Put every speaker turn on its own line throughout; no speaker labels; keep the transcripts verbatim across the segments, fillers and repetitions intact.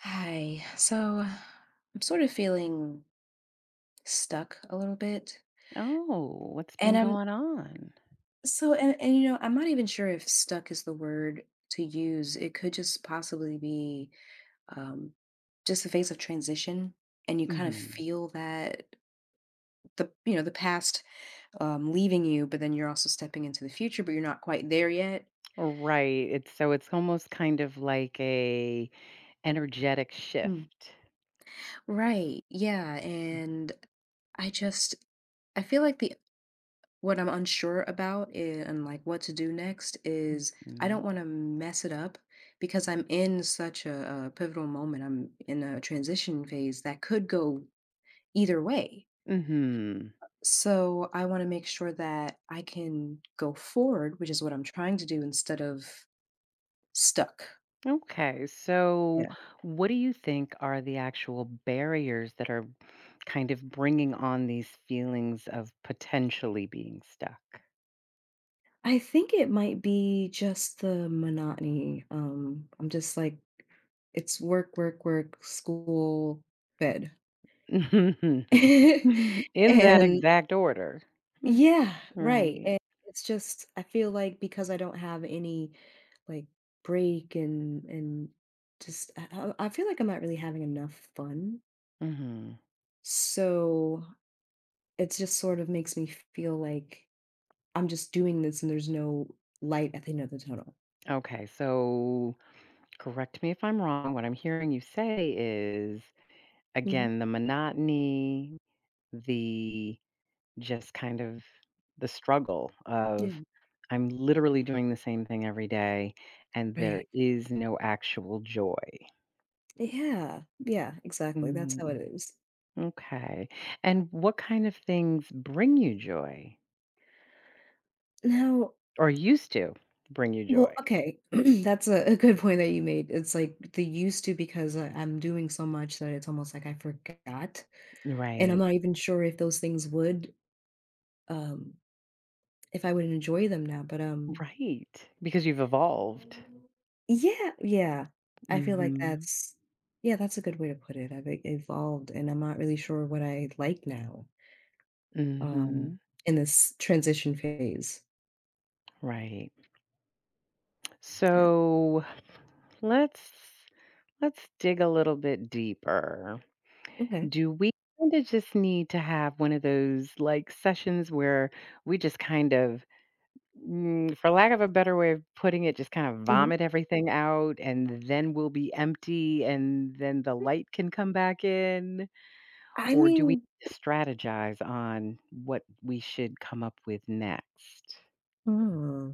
Hi. So I'm sort of feeling stuck a little bit.
Oh, what's been
And I'm
going on?
so, and, and you know, I'm not even sure if stuck is the word to use. It could just possibly be um, just a phase of transition. And you kind of
Mhm.
feel that the, you know, the past um, leaving you, but then you're also stepping into the future, but you're not quite there yet.
Right. It's so it's almost kind of like a energetic
Mm.
shift.
Right. Yeah. And I just, I feel like the What I'm unsure about i- and like what to do next is I don't
Mhm.
want to mess it up because I'm in such a, a pivotal moment. I'm in a transition phase that could go either way.
Mhm.
So I want to make sure that I can go forward, which is what I'm trying to do, instead of stuck.
Okay. So
Yeah.
what do you think are the actual barriers that are kind of bringing on these feelings of potentially being stuck?
I think it might be just the monotony. Um, I'm just like, it's work, work, work, school, bed.
In that
and
exact order. Mm,
yeah, right,
Right.
and it's just I feel like because I don't have any, like, break and and just I I I feel like I'm not really having enough fun,
Mhm.
so it just sort of makes me feel like I'm just doing this and there's no light at the end of the tunnel.
Okay. So correct me if I'm wrong. What I'm hearing you say is,
Mhm,
again, the monotony, the just kind of the struggle
yeah,
of I'm literally doing the same thing every day and there
right.
is no actual joy.
Yeah, yeah, exactly, that's how
Mm,
it is.
okay. And what kind of things bring you joy
Now
or used to bring you
well,
joy?
okay, that's a a good point that you made, it's like the used to because I I'm doing so much that it's almost like I forgot. And I'm
Right.
not even sure if those things would, um if I would enjoy them now, but, um
Right. Because you've evolved.
yeah, yeah. I feel like
Mhm.
that's yeah, that's a good way to put it. I've e evolved, and I'm not really sure what I like now, um,
Mhm.
in this transition phase.
Right.
Yeah,
So let's let's dig a little bit deeper.
okay.
Do we kind of just need to have one of those like sessions where we just kind of, mm, for lack of a better way of putting it, just kind of
Mhm.
vomit everything out and then we'll be empty and then the light can come back in?
I
Or do we
mean
strategize on what we should come up with next?
hmm,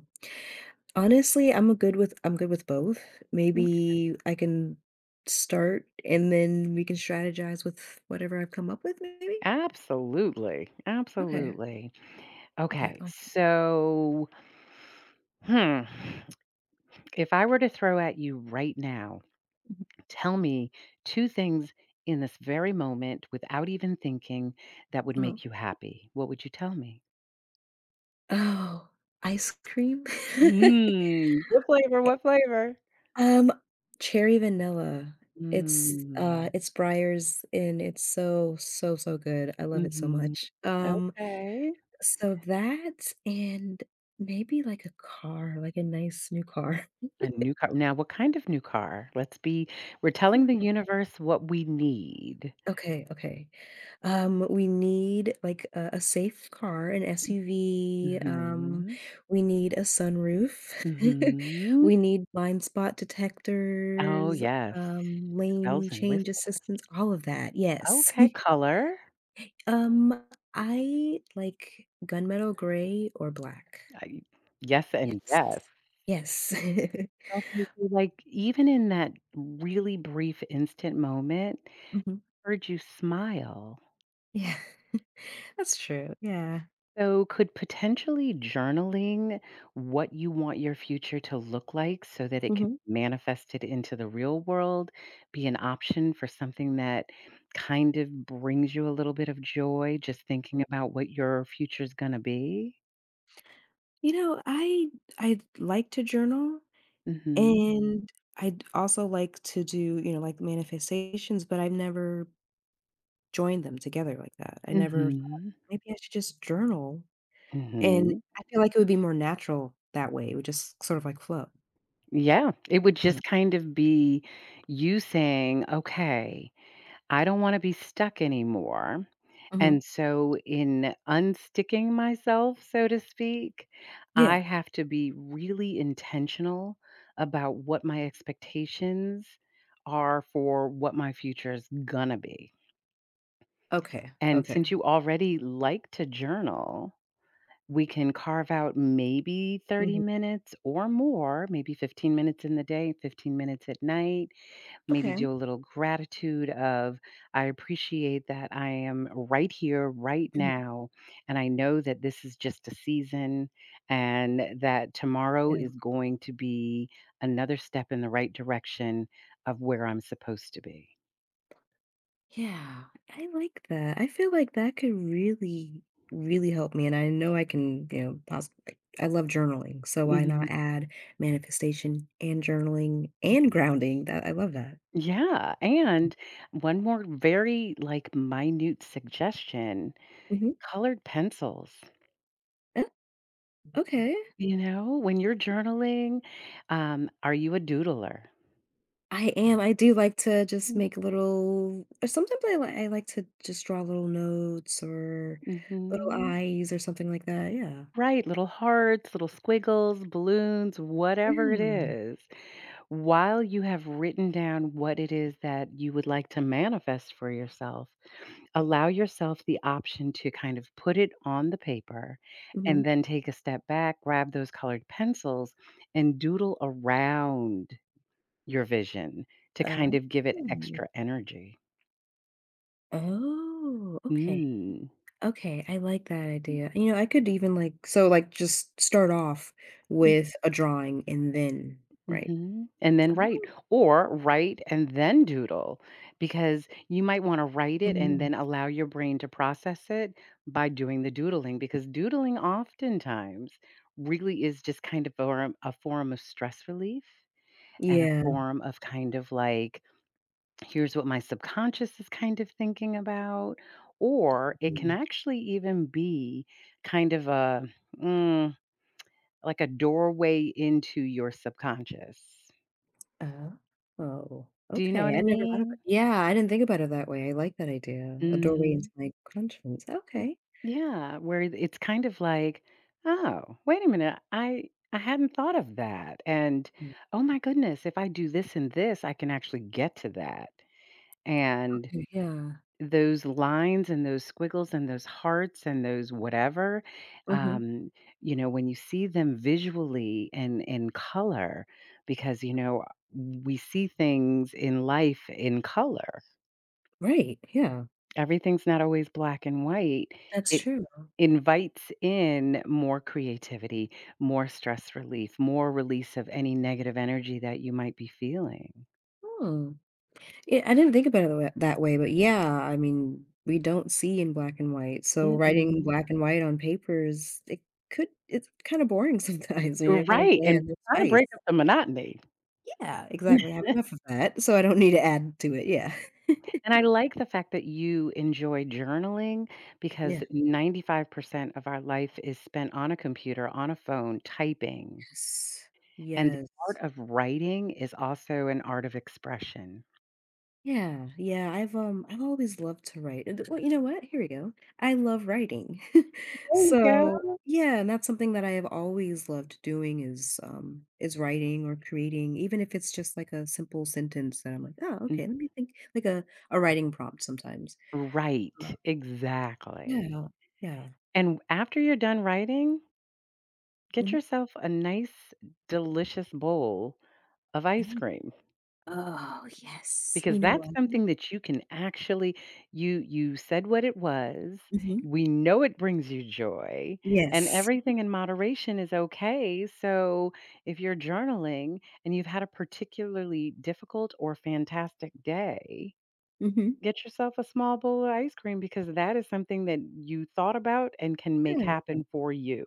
honestly, I'm a good with I'm good with both.
Mm.
Maybe I can start, and then we can strategize with whatever I've come up with maybe?
Absolutely.
Okay,
Absolutely.
okay,
Okay.
awesome.
So, hmm. If I were to throw at you right now,
Mhm,
tell me two things in this very moment without even thinking that would
uh-huh.
make you happy. What would you tell me?
Oh, ice cream?
Mm. What flavor? What flavor?
Um, cherry vanilla. It's, uh,
Mm.
it's Breyers, and it's so, so, so good. I love it so
Hmm.
much. Um,
Okay.
so that and maybe, like, a car, like, a nice new car.
A new car. Now, what kind of new car? Let's be, we're telling the universe what we need.
Okay, okay. Um, we need like a, a safe car, an S U V. Um,
Hmm.
we need a sunroof.
Hmm.
We need blind spot
Oh,
detectors,
yes.
um, lane
Bells and
change
whistles.
assistance, all of that. Yes.
Okay, color.
Um, I like gunmetal gray or black.
I yes and
Yes.
yes.
Yes.
So maybe, like, even in that really brief instant moment,
Mhm.
heard you smile.
Yeah, that's true. Yeah.
So could potentially journaling what you want your future to look like so that it can
Hmm.
be manifested into the real world be an option for something that kind of brings you a little bit of joy just thinking about what your future's gonna be?
You know, I I like to journal.
Mhm.
And I'd also like to do, you know, like, manifestations, but I've never joined them together like that. I never thought,
Mhm.
"Maybe I should just journal," and
Mhm.
I feel like it would be more natural that way. It would just sort of, like, flow.
Yeah, it would
Yeah.
just kind of be you saying, okay, I don't want to be stuck anymore.
Mhm.
And so, in unsticking myself, so to speak, I
Yeah.
have to be really intentional about what my expectations are for what my future is going to be.
Okay,
And since
okay.
you already like to journal, we can carve out maybe thirty
Mhm.
minutes or more, maybe fifteen minutes in the day, fifteen minutes at night maybe
Okay.
do a little gratitude of I appreciate that I am right here right
Mhm.
now and I know that this is just a season and that tomorrow
Yeah.
is going to be another step in the right direction of where I'm supposed to be.
Yeah, I like that. I feel like that could really, really help me. And I know I can, you know, possibly, I love journaling. So why
Mhm.
not add manifestation and journaling and grounding? That I love that.
Yeah. And one more very like minute suggestion
Hmm.
colored pencils.
Okay.
You know, when you're journaling, um, are you a doodler?
I am. I do like to just make little, or sometimes I, li- I like to just draw little notes or little
Mm-hmm.
eyes or something like that. Yeah.
Right, little hearts, little squiggles, balloons, whatever it
Yeah.
is, while you have written down what it is that you would like to manifest for yourself, allow yourself the option to kind of put it on the paper and
Hmm.
then take a step back, grab those colored pencils, and doodle around your vision to kind
Oh.
of give it extra energy.
Oh, okay.
Mm.
Okay, I like that idea. You know, I could even like so like just start off with a drawing and then, right?
Mhm, and then write,
Oh.
or write and then doodle, because you might wanna write it and
Mhm.
then allow your brain to process it by doing the doodling, because doodling oftentimes really is just kind of form a form of stress relief and a
Yeah.
form of kind of like, "Here's what my subconscious is kind of thinking about," or it can
Mhm.
actually even be kind of a, mm, like a doorway into your subconscious.
Oh. Oh,
Do you know what
okay.
I
I never thought about
mean?
yeah, I didn't think about it that way. I like that idea. A doorway into
Mhm.
my conscience. Okay.
Yeah, where it's kind of like, "Oh, wait a minute, I I hadn't thought of that," and,
Mm,
"Oh my goodness, if I do this and this, I can actually get to that," and
okay, yeah.
those lines and those squiggles and those hearts and those whatever,
Mhm.
um, you know, when you see them visually and in color because, you know, we see things in life in color.
Right, yeah.
Everything's not always black and white.
That's
It
true.
invites in more creativity, more stress relief, more release of any negative energy that you might be feeling.
Hmm. Yeah, I didn't think about it tha that way, but yeah, I mean, we don't see in black and white, so writing
Mm-mm.
black and white on paper is it could it's kinda boring sometimes, you know, kinda
Right, and
bland, no
trying to
spice.
break up the monotony.
Yeah, exactly, I have enough of that, so I don't need to add to it, yeah.
And I like the fact that you enjoy journaling because
Yeah,
ninety-five percent of our life is spent on a computer, on a phone, typing.
yes.
And the
Yes.
art of writing is also an art of expression.
Yeah, yeah, I've, um, I've always loved to write, and well, you know what? Here we go. I love writing.
There you
So,
go.
yeah, and that's something that I have always loved doing is, um, is writing or creating, even if it's just like a simple sentence that I'm like, "Oh, okay, let me think," like a a writing prompt sometimes. Love.
Right, exactly.
Yeah, yeah.
And after you're done writing, get
Mhm,
yourself a nice, delicious bowl of ice
mhm.
cream
Oh, yes. You
because
know
that's
what?
something that you can actually you you said what it was.
Mhm.
We know it brings you joy and
Yes.
everything in moderation is okay. So, if you're journaling and you've had a particularly difficult or fantastic day,
Mhm.
get yourself a small bowl of ice cream because that is something that you thought about and can make
Yeah.
happen for you.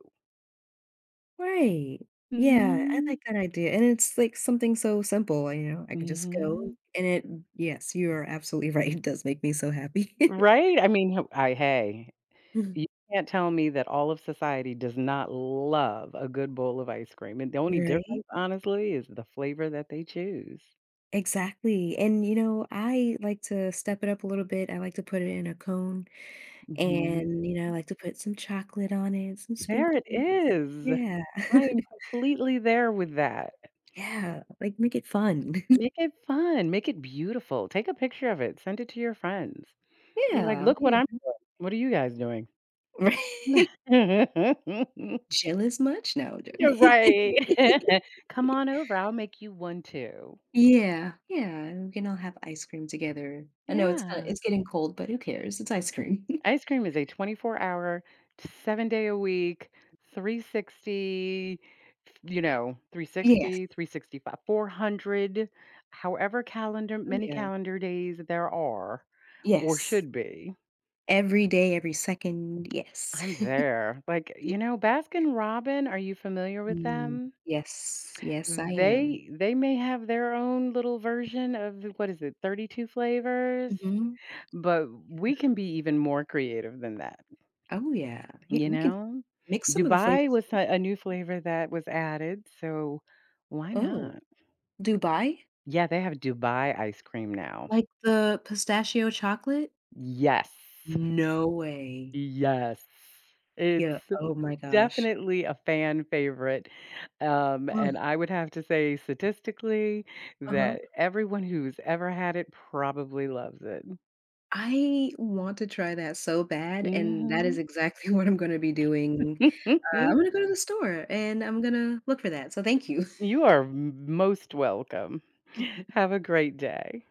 Right. Yeah, I
Mhm.
like that idea, and it's, like, something so simple, you know, I can just go
Mhm.
and it yes, you are absolutely right, it does make me so happy.
Right? I mean, h I hey,
Mhm.
you can't tell me that all of society does not love a good bowl of ice cream, and the only
Right?
difference, honestly, is the flavor that they choose.
Exactly, and, you know, I like to step it up a little bit, I like to put it in a cone,
Mhm.
and, you know, I like to put some chocolate on it, some
There it
sprinkles.
is.
Yeah.
I am completely there with that.
Yeah, like, make it fun.
Make it fun, make it beautiful, take a picture of it, send it to your friends. Be like,
Yeah,
"Look what
yeah.
I'm what are you guys doing?"
Right?
You're
Jealous much? No, I'm joking.
right. "Come on over, I'll make you one too."
Yeah, yeah, and we can all have ice cream together. I know it's kinda
Yeah.
it's getting cold, but who cares? It's ice cream.
Ice cream is a twenty-four-hour, seven-day-a-week, three sixty, you know,
Yes,
three sixty, three sixty-five, four hundred, however calendar
oh
many
yeah,
calendar days there are or
yes.
should be.
Every day, every second, yes.
I'm there. Like, you know, Baskin Robin, are you familiar with
Mm,
them?
yes, yes, I am.
They they may have their own little version of the- what is it, thirty-two flavors,
Mhm.
but
Yeah.
we can be even more creative than that,
Oh, yeah, yeah,
you
we can
know?
mix some of the
Dubai
flavors
was
together.
a, a new flavor that was added, so why
Oh,
not?
Dubai?
Yeah, they have Dubai ice cream now.
Like the pistachio chocolate?
Yes.
No way.
Yes.
Yeah,
It's
oh my gosh.
definitely a fan favorite. Um, and
Ugh,
I would have to say statistically
uh-huh.
that everyone who's ever had it probably loves it.
I want to try that so bad, and that is
Mhm.
exactly what I'm gonna be doing. Uh, I'm gonna go to the store, and I'm gonna look for that, so thank you.
You are m most welcome. Have a great day.